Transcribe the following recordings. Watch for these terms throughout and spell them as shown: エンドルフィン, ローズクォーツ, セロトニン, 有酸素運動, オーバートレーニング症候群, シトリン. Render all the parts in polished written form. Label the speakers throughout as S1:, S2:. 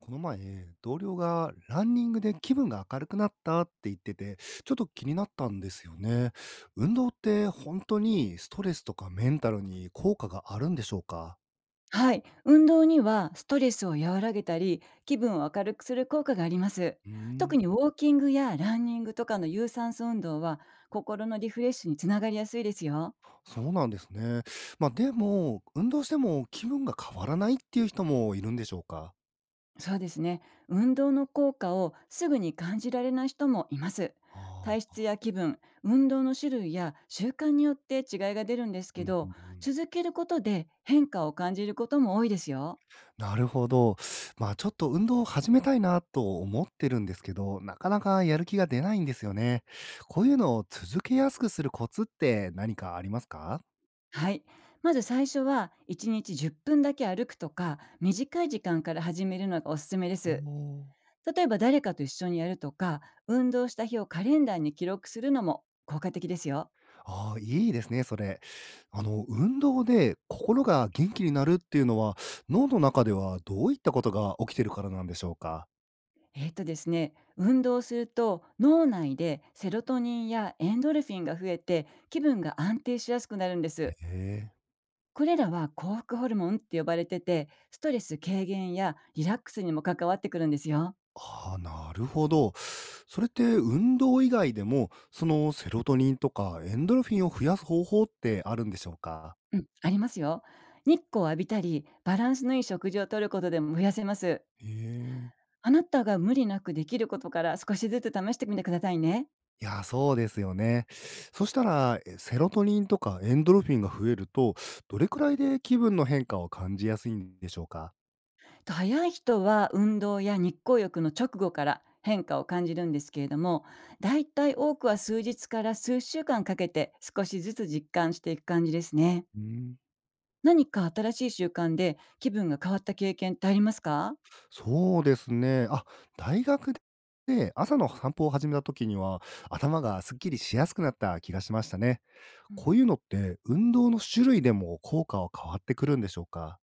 S1: この前、同僚がランニングで気分が明るくなったって言ってて、ちょっと気になったんですよね。運動って本当にストレスとかメンタルに効果があるんでしょうか？
S2: はい、運動にはストレスを和らげたり気分を明るくする効果があります。
S1: うー
S2: 特
S1: ん。
S2: にウォーキングやランニングとかの有酸素運動は心のリフレッシュにつながりやすいですよ。
S1: そうなんですね。まあでも、運動しても気分が変わらないっていう人もいるんでしょうか？
S2: そうですね、運動の効果をすぐに感じられない人もいます。
S1: あ
S2: 体
S1: あ。
S2: 質や気分、運動の種類や習慣によって違いが出るんです
S1: う
S2: け
S1: んう
S2: ど、
S1: んうん。
S2: 続けることで変化を感じることも多いですよ。
S1: なるほど。まあちょっと運動を始めたいなと思ってるんですけど、なかなかやる気が出ないんですよね。こういうのを続けやすくするコツって何かありますか？
S2: はい。まず最初は1日10分だけ歩くとか短い時間から始めるのがおすすめで
S1: お
S2: す。
S1: お。
S2: 例えば誰かと一緒にやるとか、運動した日をカレンダーに記録するのも効果的ですよ。
S1: ああ、いいですね、それ。運動で心が元気になるっていうのは、脳の中ではどういったことが起きてるからなんでしょうか？
S2: ですね、運動すると脳内でセロトニンやエンドルフィンが増えて気分が安定しやすくなるんで
S1: へ
S2: す。
S1: え。
S2: これらは幸福ホルモンって呼ばれてて、ストレス軽減やリラックスにも関わってくるんですよ。
S1: ああ、なるほど。それって運動以外でも、そのセロトニンとかエンドルフィンを増やす方法ってあるんでしょうか？
S2: うん、ありますよ。日光を浴びたり、バランスのいい食事をとることでも増やせます。
S1: へえ。
S2: あなたが無理なくできることから少しずつ試してみてくださいね。
S1: いや、そうですよね。そしたら、セロトニンとかエンドルフィンが増えると、どれくらいで気分の変化を感じやすいんでしょうか？
S2: 早い人は運動や日光浴の直後から変化を感じるんですけれども、だいたい多くは数日から数週間かけて少しずつ実感していく感じですね。
S1: うん。
S2: 何か新しい習慣で気分が変わった経験ってありますか？
S1: そうですね。あ、大学で朝の散歩を始めた時には、頭がすっきりしやすくなった気がしましたね。
S2: う
S1: こう
S2: ん、
S1: いうのって運動の種類でも効果は変わってくるんでしょうか？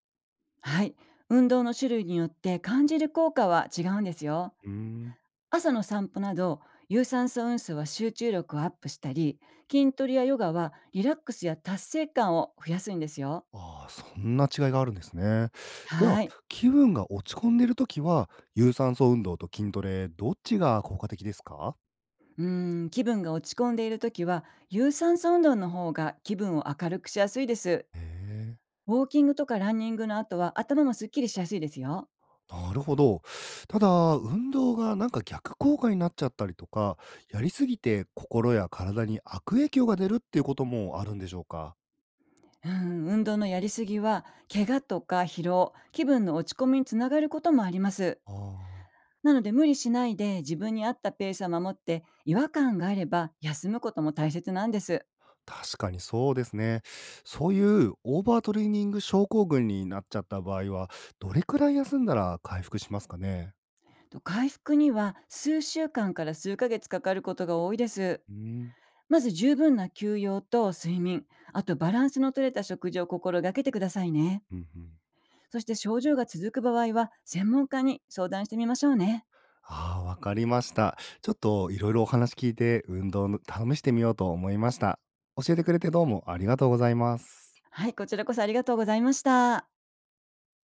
S2: はい。運動の種類によって感じる効果は違うんですよ。
S1: うーん。
S2: 朝の散歩など有酸素運動は集中力をアップしたり、筋トレやヨガはリラックスや達成感を増やすんですよ。
S1: ああ、そんな違いがあるんですね。じゃあ、
S2: はい。
S1: 気分が落ち込んでるときは、有酸素運動と筋トレ、どっちが効果的ですか？
S2: うーん、気分が落ち込んでいるときは有酸素運動の方が気分を明るくしやすいです。
S1: へえ、
S2: ウォーキングとかランニングの後は頭もすっきりしやすいですよ。
S1: なるほど。ただ、運動がなんか逆効果になっちゃったりとか、やりすぎて心や体に悪影響が出るっていうこともあるんでしょうか？
S2: うん、運動のやりすぎは怪我とか疲労、気分の落ち込みにつながることもあります。
S1: ああ、
S2: なので無理しないで自分に合ったペースを守って、違和感があれば休むことも大切なんです。
S1: 確かにそうですね。そういうオーバートレーニング症候群になっちゃった場合は、どれくらい休んだら回復しますかね？
S2: 回復には数週間から数ヶ月かかることが多いです。
S1: うん、
S2: まず十分な休養と睡眠、あとバランスの取れた食事を心がけてくださいね。
S1: うんうん。
S2: そして症状が続く場合は専門家に相談してみましょうね。
S1: ああ、わかりました。ちょっといろいろお話聞いて運動の試してみようと思いました。教えてくれてどうもありがとうございます。
S2: はい、こちらこそありがとうございました。